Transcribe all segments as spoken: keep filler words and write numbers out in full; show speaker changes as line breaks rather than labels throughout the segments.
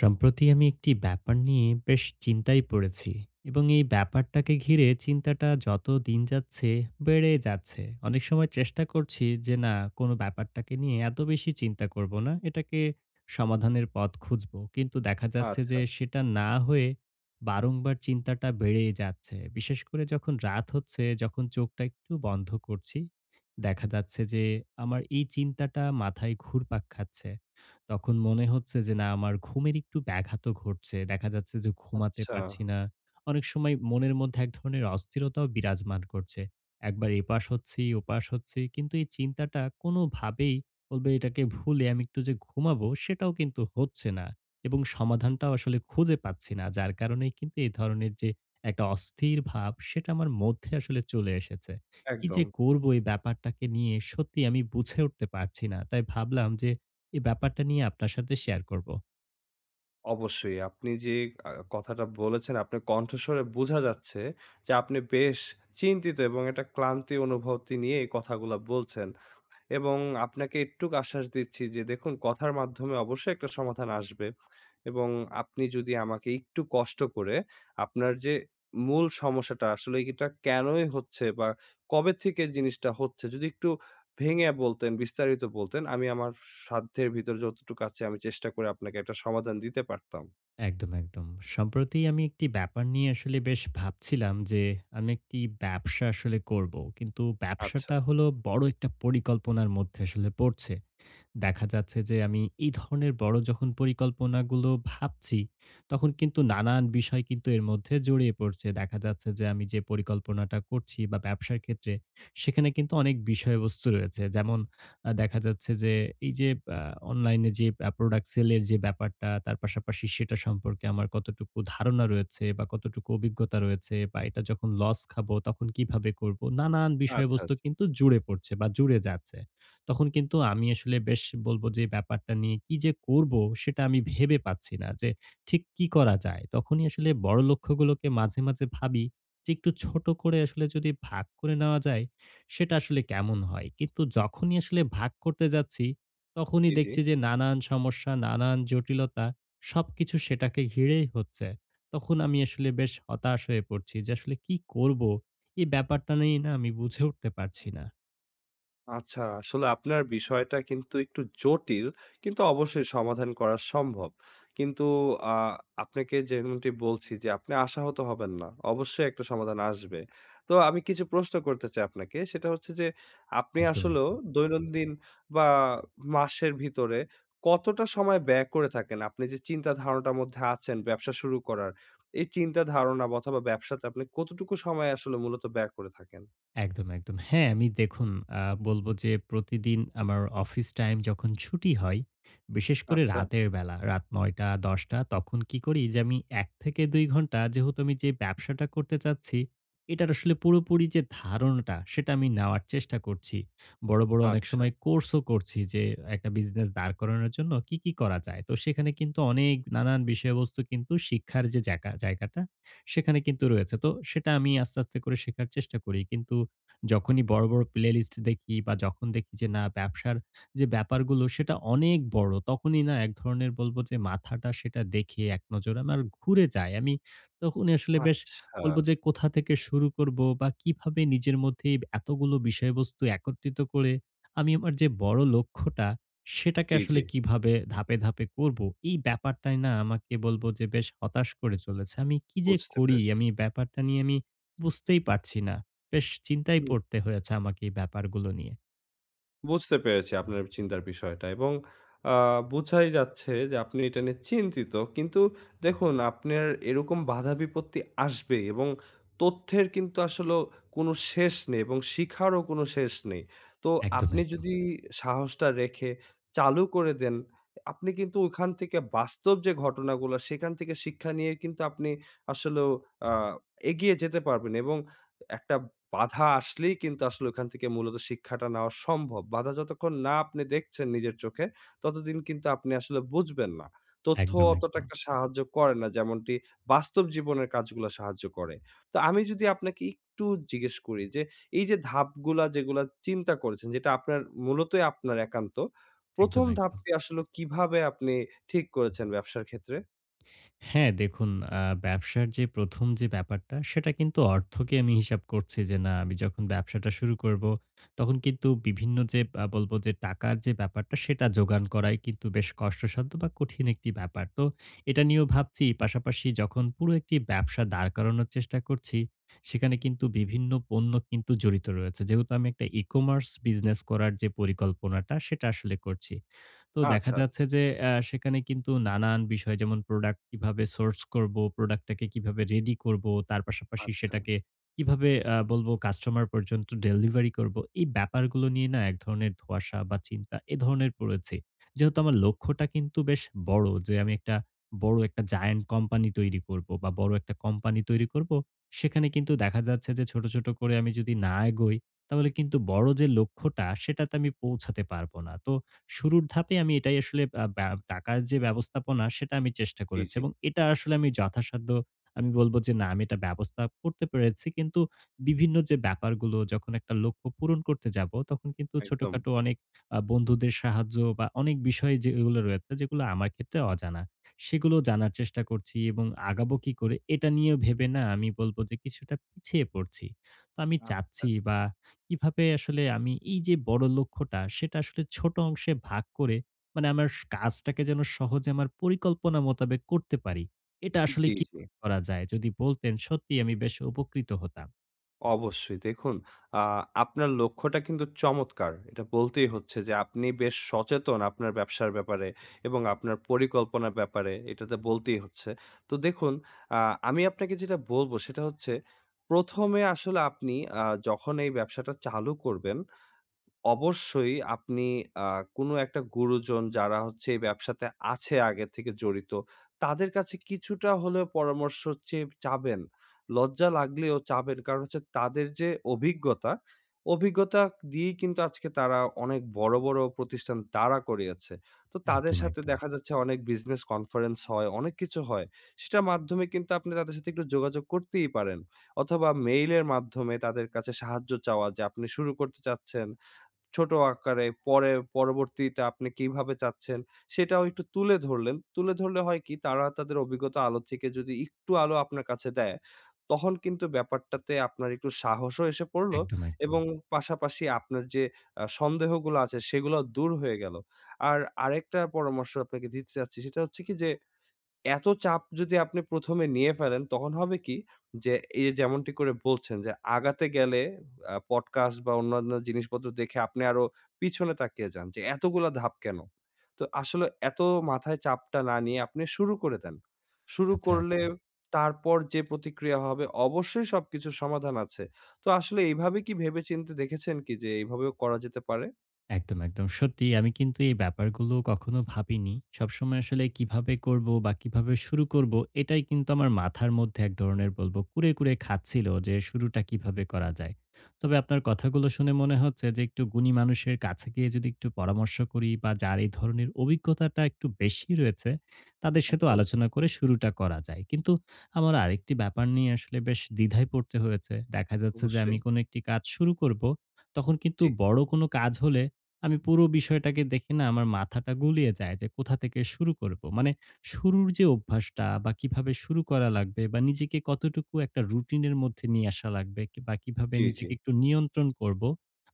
সম্প্রতি আমি একটি ব্যাপার নিয়ে বেশ চিন্তায় পড়েছি এবং এই ব্যাপারটাকে ঘিরে চিন্তাটা যত দিন যাচ্ছে বেড়ে যাচ্ছে। অনেক সময় চেষ্টা করছি যে না কোনো ব্যাপারটাকে নিয়ে এত বেশি চিন্তা করব না। এটাকে সমাধানের পথ খুঁজবো। কিন্তু দেখা যাচ্ছে
আচ্ছা,
যে সেটা না হয়ে বারংবার চিন্তাটা বেড়েই যাচ্ছে। বিশেষ করে যখন রাত হচ্ছে, যখন চোখটা একটু বন্ধ করছি, দেখা যাচ্ছে যে আমার এই চিন্তাটা মাথায় ঘুরপাক খাচ্ছে। তখন মনে হচ্ছে যে না আমার ঘুমের একটু ব্যাঘাতও ঘটছে। দেখা যাচ্ছে যে ঘুমাতে
আচ্ছা।
পারছি না। অনেক সময় মনের মধ্যে এক ধরনের অস্থিরতাও বিরাজমান করছে। একবার এপাশ হচ্ছি, ওপাশ হচ্ছি। কিন্তু এই চিন্তাটা কোনোভাবেই বলবে এটাকে ভুলে আমি একটু যে ঘুমাবো সেটাও কিন্তু হচ্ছে না এবং সমাধানটাও আসলে খুঁজে পাচ্ছি না। যার কারণেই কিন্তু এই ধরনের যে একটা অস্থির ভাব সেটা আমার মধ্যে আসলে চলে এসেছে। কি যে
একদম।
করব এই ব্যাপারটাকে নিয়ে সত্যিই আমি বুঝে উঠতে পারছি না। তাই ভাবলাম যে এই ব্যাপারটা নিয়ে আপনার সাথে শেয়ার করব।
অবশ্যই। আপনি যে আ কথাটা বলেছেন আপনার কণ্ঠস্বরে বোঝা যাচ্ছে যে আপনি বেশ চিন্তিত এবং একটা ক্লান্তি অনুভূতি নিয়ে এই কথাগুলা বলছেন। এবং আপনাকে একটুক আশ্বাস দিচ্ছি যে দেখুন কথার মাধ্যমে অবশ্যই একটা সমাধান আসবে। এবং আপনি যদি আমাকে একটু কষ্ট করে আপনার যে মূল সমস্যাটা আসলে এটা কেনই হচ্ছে বা কবে থেকে জিনিসটা হচ্ছে যদি একটু ভেঙে বলতেন, বিস্তারিত বলতেন আমি আমার সাধ্যের ভিতর যতটুকু আছে আমি চেষ্টা করে আপনাকে একটা সমাধান দিতে পারতাম।
একদম, একদম। সম্প্রতি আমি একটি ব্যাপার নিয়ে আসলে বেশ ভাবছিলাম যে, আমি একটি ব্যবসা আসলে করব। কিন্তু
আচ্ছা,
ব্যবসাটা হলো বড় একটা পরিকল্পনার মধ্যে আসলে পড়ছে। দেখা যাচ্ছে যে আমি এই ধরনের বড় যখন পরিকল্পনাগুলো ভাবছি, তখন কিন্তু নানান বিষয় কিন্তু এর মধ্যে জড়িয়ে পড়ছে। দেখা যাচ্ছে যে আমি যে পরিকল্পনাটা করছি বা ব্যবসার ক্ষেত্রে, সেখানে কিন্তু অনেক বিষয়বস্তু রয়েছে। যেমন আ দেখা যাচ্ছে যে এই যে আ অনলাইনে যে আ প্রোডাক্ট সেলের যে ব্যাপারটা, তার পাশাপাশি সেটা সম্পর্কে আমার কতটুকু ধারণা রয়েছে বা কতটুকু অভিজ্ঞতা রয়েছে বা এটা যখন লস খাবো তখন কিভাবে করব? নানান
আচ্ছা,
বিষয়বস্তু
আচ্ছা।
কিন্তু জুড়ে পড়ছে বা জুড়ে যাচ্ছে। তখন কিন্তু আমি আসলে বেশ বলব যে ব্যাপারটা নিয়ে কি যে করব সেটা আমি ভেবে পাচ্ছি না যে ঠিক কি করা যায়। তখনই আসলে বড় লক্ষ্যগুলোকে মাঝে, মাঝে ভাবি যে একটু ছোট করে আসলে যদি ভাগ করে নেওয়া যায় সেটা আসলে কেমন হয়। কিন্তু যখনই আসলে ভাগ করতে যাচ্ছি তখনই
জি, জি।
দেখছি যে নানান সমস্যা, নানান জটিলতা সবকিছু সেটাকে ঘিরেই হচ্ছে। তখন আমি আসলে বেশ হতাশ হয়ে পড়ছি যে আসলে কি করব? এই ব্যাপারটা নিয়ে না আমি বুঝে উঠতে পারছি না।
আচ্ছা, আসলে আপনার বিষয়টা কিন্তু একটু জটিল, কিন্তু অবশ্যই সমাধান করা সম্ভব। কিন্তু আ আপনাকে যেমনটি বলছি যে আপনি আশাহত হবেন না। অবশ্যই একটা সমাধান আসবে। তো আমি কিছু প্রশ্ন করতে চাই আপনাকে। সেটা হচ্ছে যে আপনি
একদম,
আসলেও
একদম।
দৈনন্দিন বা মাসের ভিতরে কতটা সময় ব্যয় করে থাকেন? আপনি যে চিন্তা ধারণাটার মধ্যে আছেন ব্যবসা শুরু করার, এই চিন্তা ধারণা বা অথবা ব্যবসাতে আপনি কতটুকু সময় আসলে মূলত ব্যয় করে থাকেন?
একদম, একদম। হ্যাঁ, আমি দেখুন আ বলব যে প্রতিদিন আমার অফিস টাইম যখন ছুটি হয়, বিশেষ করে
আচ্ছা,
রাতের বেলা, রাত নয়টা থেকে দশটা তখন কি করি যে আমি এক থেকে দুই ঘন্টা যেহেতু আমি যে ব্যবসাটা করতে চাচ্ছি, এটার আসলে পুরোপুরি যে ধারণাটা সেটা আমি নেওয়ার চেষ্টা করছি। বড়, বড় অনেক
আচ্ছা,
সময় কোর্সও করছি যে একটা বিজনেস দাঁড় করানোর জন্য কি, কি করা যায়। তো সেখানে কিন্তু অনেক নানান বিষয়বস্তু কিন্তু শিক্ষার যে জায়গা জায়গাটা সেখানে কিন্তু রয়েছে। তো সেটা আমি আস্তে, আস্তে করে শেখার চেষ্টা করি। কিন্তু যখনই বড়, বড় প্লেলিস্ট দেখি বা যখন দেখি যে না ব্যবসার যে ব্যাপারগুলো সেটা অনেক বড়, তখনই না এক ধরনের বলবো যে মাথাটা সেটা দেখে এক নজরে আমার ঘুরে যায়। আমি তখনই আসলে বেশ
আচ্ছা।
বলবো যে কোথা থেকে শুরু করব বা কিভাবে নিজের মধ্যে এতগুলো বিষয়বস্তু একত্রিত করে আমি আমার যে বড় লক্ষ্যটা সেটাকে
জি, জি।
আসলে কিভাবে ধাপে, ধাপে করব? এই ব্যাপারটাই না আমাকে বলবো যে বেশ হতাশ করে চলেছে। আমি কি যে
বুঝতে
করি
পেরেছি।
আমি এই ব্যাপারটা নিয়ে আমি বুঝতেই পারছি না। বেশ চিন্তায়
হুম,
পড়তে হয়েছে আমাকে এই ব্যাপারগুলো নিয়ে।
বুঝতে পেরেছি আপনার চিন্তার বিষয়টা এবং আ বুঝাই যাচ্ছে যে আপনি এটা নিয়ে চিন্তিত। কিন্তু দেখুন আপনার এরকম বাধা বিপত্তি আসবে এবং তথ্যের কিন্তু আসলেও কোনো শেষ নেই এবং শিখারও কোনো শেষ নেই। তো
একদম,
আপনি
একদম।
যদি সাহসটা রেখে চালু করে দেন, আপনি কিন্তু ওখান থেকে বাস্তব যে ঘটনাগুলো সেখান থেকে শিক্ষা নিয়ে কিন্তু আপনি আসলেও আ এগিয়ে যেতে পারবেন এবং একটা বাধা আসলেই কিন্তু আসলে ওখান থেকে মূলত শিক্ষাটা নেওয়া সম্ভব। বাধা যতক্ষণ না আপনি দেখছেন নিজের চোখে, ততদিন কিন্তু আপনি আসলে বুঝবেন না। তথ্য
একদম,
অতটা
একদম।
একটা সাহায্য করে না, যেমনটি বাস্তব জীবনের কাজগুলা সাহায্য করে। তো আমি যদি আপনাকে একটু জিজ্ঞেস করি যে, এই যে ধাপগুলা যেগুলা চিন্তা করেছেন, যেটা আপনার মূলতই আপনার একান্ত,
একদম,
প্রথম
একদম।
ধাপটি আসলে কিভাবে আপনি ঠিক করেছেন ব্যবসার ক্ষেত্রে?
হ্যাঁ, দেখুন আ ব্যবসার যে ১ম যে ব্যাপারটা সেটা কিন্তু অর্থকে আমি হিসাব করছি যে না আমি যখন ব্যবসাটা শুরু করব তখন কিন্তু বিভিন্ন যে আ বলব যে টাকার যে ব্যাপারটা সেটা জোগান করাই কিন্তু বেশ কষ্টসাধ্য বা কঠিন একটি ব্যাপার। তো এটা নিয়েও ভাবছি পাশাপাশি যখন পুরো একটি ব্যবসা দাঁড় করানোর চেষ্টা করছি, সেখানে কিন্তু বিভিন্ন পণ্য কিন্তু জড়িত রয়েছে। যেহেতু আমি একটা ই-কমার্স বিজনেস করার যে পরিকল্পনাটা সেটা আসলে করছি। তো দেখা
আচ্ছা, আচ্ছা,
যাচ্ছে যে অ্যা সেখানে কিন্তু নানান বিষয় যেমন প্রোডাক্ট কিভাবে সোর্স করব, প্রোডাক্টটাকে কিভাবে রেডি করব, তার পাশাপাশি
আচ্ছা।
সেটাকে কিভাবে আ বলবো কাস্টমার পর্যন্ত ডেলিভারি করব। এই ব্যাপারগুলো নিয়ে না এক ধরনের ধোঁয়াশা বা চিন্তা এ ধরনের পড়েছি। যেহেতু আমার লক্ষ্যটা কিন্তু বেশ বড় যে আমি একটা বড় একটা জায়ান্ট কোম্পানি তৈরি করব বা বড় একটা কোম্পানি তৈরি করব। সেখানে কিন্তু দেখা যাচ্ছে যে ছোট, ছোট করে আমি যদি না এগোই তাহলে কিন্তু বড় যে লক্ষ্যটা সেটাতে আমি পৌঁছাতে পারব না। তো শুরুর ধাপে আমি এটাই আসলে আ ব্যা টাকার যে ব্যবস্থাপনা সেটা আমি চেষ্টা
জি,
করেছি
জি।
এবং এটা আসলে আমি যথাসাধ্য আমি বলব যে না আমি এটা ব্যবস্থা করতে পেরেছি। কিন্তু বিভিন্ন যে ব্যাপারগুলো যখন একটা লক্ষ্য পূরণ করতে যাব তখন কিন্তু
একদম।
ছোটখাটো অনেক আ বন্ধুদের সাহায্য বা অনেক বিষয় যেগুলো রয়েছে যেগুলো আমার ক্ষেত্রে অজানা। সেগুলো জানার চেষ্টা করছি এবং আগাবো কি করে এটা নিয়েও ভেবে না আমি বলব যে কিছুটা পিছিয়ে পড়ছি। তো আমি
আচ্ছা।
চাচ্ছি বা কিভাবে আসলে আমি এই যে বড় লক্ষ্যটা সেটা আসলে ছোট অংশে ভাগ করে মানে আমার স কাজটাকে যেন সহজে আমার পরিকল্পনা মোতাবেক করতে পারি। এটা আসলে
জি, জি।
কিভাবে করা যায়? যদি বলতেন সত্যিই আমি বেশ উপকৃত হতাম।
অবশ্যই। দেখুন, আ আপনার লক্ষ্যটা কিন্তু চমৎকার। এটা বলতেই হচ্ছে যে আপনি বেশ সচেতন আপনার ব্যবসার ব্যাপারে এবং আপনার পরিকল্পনার ব্যাপারে। এটা তো বলতেই হচ্ছে। তো দেখুন, আ আমি আপনাকে যেটা বলব সেটা হচ্ছে প্রথম এ আসলে আপনি আ যখন এই ব্যবসাটা চালু করবেন অবশ্যই আপনি আ কোনো একটা গুরুজন যারা হচ্ছে এই ব্যবসাতে আছে আগে থেকে জড়িত, তাদের কাছে কিছুটা হলেও পরামর্শ চেয়ে চাবেন। লজ্জা লাগলেও চাবেন। কারণ হচ্ছে তাদের যে অভিজ্ঞতা, অভিজ্ঞতা দিয়েই কিন্তু আজকে তারা অনেক বড়, বড় প্রতিষ্ঠান দাঁড়া করিয়েছে। তো তাদের
একদম,
সাথে
একদম।
দেখা যাচ্ছে অনেক বিজনেস কনফারেন্স হয়, অনেক কিছু হয়। সেটার মাধ্যমে কিন্তু আপনি তাদের সাথে একটু যোগাযোগ করতেই পারেন। অথবা মেইলের মাধ্যমে তাদের কাছে সাহায্য চাওয়া যে আপনি শুরু করতে চাচ্ছেন। ছোট আকারে পরে পরবর্তীতে আপনি কিভাবে চাচ্ছেন সেটাও একটু তুলে ধরলেন। তুলে ধরলে হয় কি তারা তাদের অভিজ্ঞতা আলো থেকে যদি একটু আলো আপনার কাছে দেয়, তখন কিন্তু ব্যাপারটাতে আপনার একটু সাহসও এসে পড়লো
একদম, একদম।
এবং পাশাপাশি আপনার যে আ সন্দেহগুলো আছে সেগুলাও দূর হয়ে গেল। আর আরেকটা পরামর্শ আপনাকে দিতে চাচ্ছি সেটা হচ্ছে কি যে এত চাপ যদি আপনি প্রথম এ নিয়ে ফেলেন, তখন হবে কি? যে এই যে যেমনটি করে বলছেন যে আগাতে গেলে আ পডকাস্ট বা অন্যান্য জিনিসপত্র দেখে আপনি আরো পিছনে তাকিয়ে যান যে এতগুলা ধাপ কেন? তো আসলে এত মাথায় চাপটা না নিয়ে আপনি শুরু করে দেন। শুরু
আচ্ছা,
করলে
আচ্ছা।
তারপর যে প্রতিক্রিয়া হবে অবশ্যই সবকিছুর সমাধান আছে। তো আসলে এইভাবে কি ভেবেচিন্তে দেখেছেন কি যে এইভাবেও করা যেতে পারে?
একদম, একদম। সত্যিই আমি কিন্তু এই ব্যাপারগুলো কখনো ভাবিনি। সবসময় আসলে কিভাবে করব বা কিভাবে শুরু করব, এটাই কিন্তু আমার মাথার মধ্যে এক ধরনের বলবো কুরে, কুরে খাচ্ছিল যে শুরুটা কিভাবে করা যায়। তবে আপনার কথাগুলো শুনে মনে হচ্ছে যে একটু গুণী মানুষের কাছে গিয়ে যদি একটু পরামর্শ করি বা যার এই ধরনের অভিজ্ঞতাটা একটু বেশি রয়েছে, তাদের সাথেও
একদম
আলোচনা করে শুরুটা করা যায়। কিন্তু আমার আরেকটি ব্যাপার নিয়ে আসলে বেশ দ্বিধায় পড়তে হয়েছে। দেখা যাচ্ছে যে
অবশ্যই।
আমি কোনো একটি কাজ শুরু করব, তখন কিন্তু
জি,
বড় কোনো কাজ হলে আমি পুরো বিষয়টাকে দেখে না আমার মাথাটা গুলিয়ে যায় যে কোথা থেকে শুরু করব। মানে শুরুর যে অভ্যাসটা বা কিভাবে শুরু করা লাগবে বা নিজেকে কতটুকু একটা রুটিনের মধ্যে নিয়ে আসা লাগবে কি- বা কিভাবে
জি, জি।
নিজেকে একটু নিয়ন্ত্রণ করব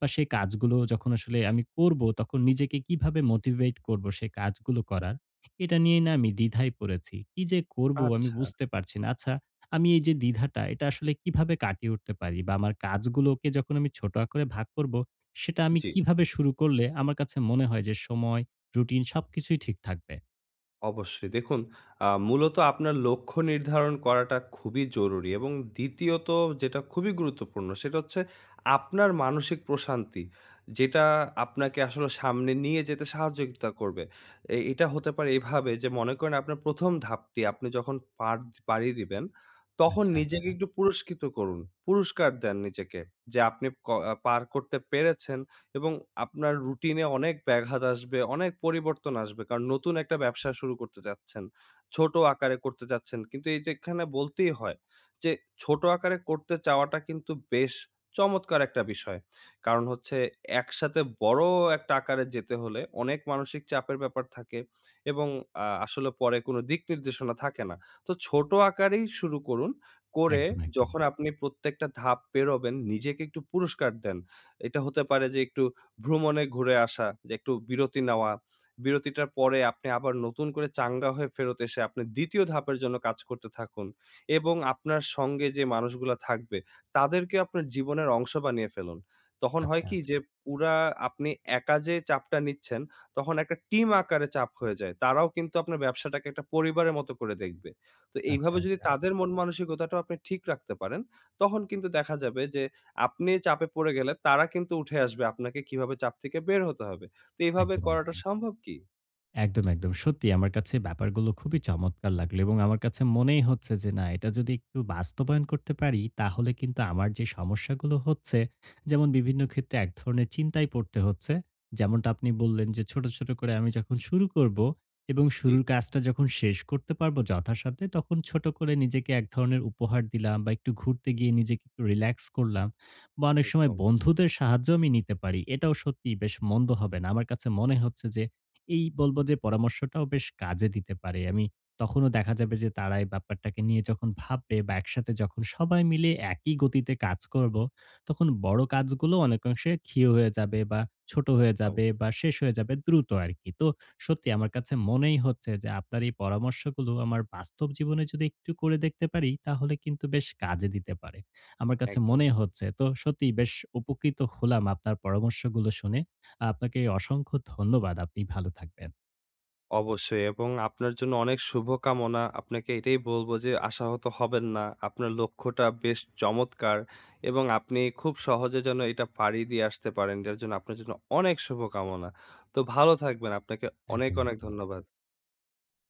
বা সেই কাজগুলো যখন আসলে আমি করব তখন নিজেকে কিভাবে মোটিভেট করব সেই কাজগুলো করার এটা নিয়ে না আমি দ্বিধায় পড়েছি কি যে করব আমি
আচ্ছা,
বুঝতে পারছি না। আচ্ছা, আমি এই যে দ্বিধাটা এটা আসলে কিভাবে কাটিয়ে উঠতে পারি বা আমার কাজগুলোকে যখন আমি ছোট আকারে ভাগ করব সেটা আমি
জি।
কিভাবে শুরু করলে আমার কাছে মনে হয় যে সময়, রুটিন সবকিছুই ঠিক থাকবে?
অবশ্যই। দেখুন আ মূলত আপনার লক্ষ্য নির্ধারণ করাটা খুবই জরুরি এবং দ্বিতীয়ত যেটা খুবই গুরুত্বপূর্ণ সেটা হচ্ছে আপনার মানসিক প্রশান্তি। যেটা আপনাকে আসলে সামনে নিয়ে যেতে সাহায্যিতা করবে। এ এটা হতে পারে এভাবে যে মনে করেন আপনার প্রথম ধাপটি আপনি যখন পার পাড়ি দিবেন, তখন
আচ্ছা,
নিজেকে
আচ্ছা।
একটু পুরস্কৃত করুন। পুরস্কার দেন নিজেকে যে আপনি ক আহ, পার করতে পেরেছেন। এবং আপনার রুটিনে অনেক ব্যাঘাত আসবে, অনেক পরিবর্তন আসবে। কারণ নতুন একটা ব্যবসা শুরু করতে চাচ্ছেন। ছোট আকারে করতে চাচ্ছেন। কিন্তু এই যে এখানে বলতেই হয় যে ছোট আকারে করতে চাওয়াটা কিন্তু বেশ চমৎকার একটা বিষয়। কারণ হচ্ছে একসাথে বড় একটা আকারে যেতে হলে অনেক মানসিক চাপের ব্যাপার থাকে এবং আ আসলে পরে কোনো দিক নির্দেশনা থাকে না। তো ছোট আকারেই শুরু করুন। করে
একদম, একদম।
যখন আপনি প্রত্যেকটা ধাপ পেরোবেন নিজেকে একটু পুরস্কার দেন। এটা হতে পারে যে একটু ভ্রমণে ঘুরে আসা, যে একটু বিরতি নেওয়া। বিরতিটার পরে আপনি আবার নতুন করে চাঙ্গা হয়ে ফেরত এসে আপনি দ্বিতীয় ধাপের জন্য কাজ করতে থাকুন এবং আপনার সঙ্গে যে মানুষগুলা থাকবে তাদেরকে আপনার জীবনের অংশ বানিয়ে ফেলুন। তখন
আচ্ছা,
হয় কি
আচ্ছা।
যে পুরা আপনি একা যে চাপটা নিচ্ছেন তখন একটা টিম আকারে চাপ হয়ে যায়। তারাও কিন্তু আপনার ব্যবসাটাকে একটা পরিবারের মতো করে দেখবে। তো
আচ্ছা,
এইভাবে যদি
আচ্ছা।
তাদের মন মানসিকতাটাও আপনি ঠিক রাখতে পারেন তখন কিন্তু দেখা যাবে যে আপনি চাপে পড়ে গেলে তারা কিন্তু উঠে আসবে। আপনাকে কিভাবে চাপ থেকে বের হতে হবে। তো এভাবে
একদম,
করাটা
একদম।
সম্ভব কি?
একদম, একদম। সত্যি আমার কাছে ব্যাপারগুলো খুবই চমৎকার লাগলো এবং আমার কাছে মনেই হচ্ছে যে না এটা যদি একটু বাস্তবায়ন করতে পারি তাহলে কিন্তু আমার যে সমস্যাগুলো হচ্ছে যেমন বিভিন্ন ক্ষেত্রে এক ধরনের চিন্তায় পড়তে হচ্ছে। যেমনটা আপনি বললেন যে ছোট, ছোট করে আমি যখন শুরু করব এবং
জি,
শুরুর কাজটা যখন শেষ করতে পারবো যথাসাধ্যে তখন ছোট করে নিজেকে এক ধরনের উপহার দিলাম বা একটু ঘুরতে গিয়ে নিজেকে একটু রিল্যাক্স করলাম বা অনেক সময়
একদম,
বন্ধুদের সাহায্য আমি নিতে পারি। এটাও সত্যিই বেশ মন্দ হবে না। আমার কাছে মনে হচ্ছে যে এই বলব যে পরামর্শটাও বেশ কাজে দিতে পারে। আমি তখনও দেখা যাবে যে তারা এই ব্যাপারটাকে নিয়ে যখন ভাববে বা একসাথে যখন সবাই মিলে একই গতিতে কাজ করব, তখন বড় কাজগুলো অনেকাংশে ক্ষীয় হয়ে যাবে বা ছোট হয়ে
একদম,
যাবে বা শেষ হয়ে যাবে দ্রুত আরকি। তো সত্যি আমার কাছে মনেই হচ্ছে যে আপনার এই পরামর্শগুলো আমার বাস্তব জীবনে যদি একটু করে দেখতে পারি, তাহলে কিন্তু বেশ কাজে দিতে পারে। আমার কাছে
একদম।
মনে হচ্ছে। তো সত্যিই বেশ উপকৃত হলাম আপনার পরামর্শগুলো শুনে। আপনাকে অসংখ্য ধন্যবাদ। আপনি ভালো থাকবেন।
অবশ্যই এবং আপনার জন্য অনেক শুভকামনা। আপনাকে এটাই বলব যে আশাহত হবেন না। আপনার লক্ষ্যটা বেশ চমৎকার এবং আপনি খুব সহজে যেন এটা পাড়ি দিয়ে আসতে পারেন। এটার জন্য আপনার জন্য অনেক শুভকামনা। তো ভালো থাকবেন। আপনাকে অনেক,
একদম,
অনেক
একদম।
ধন্যবাদ।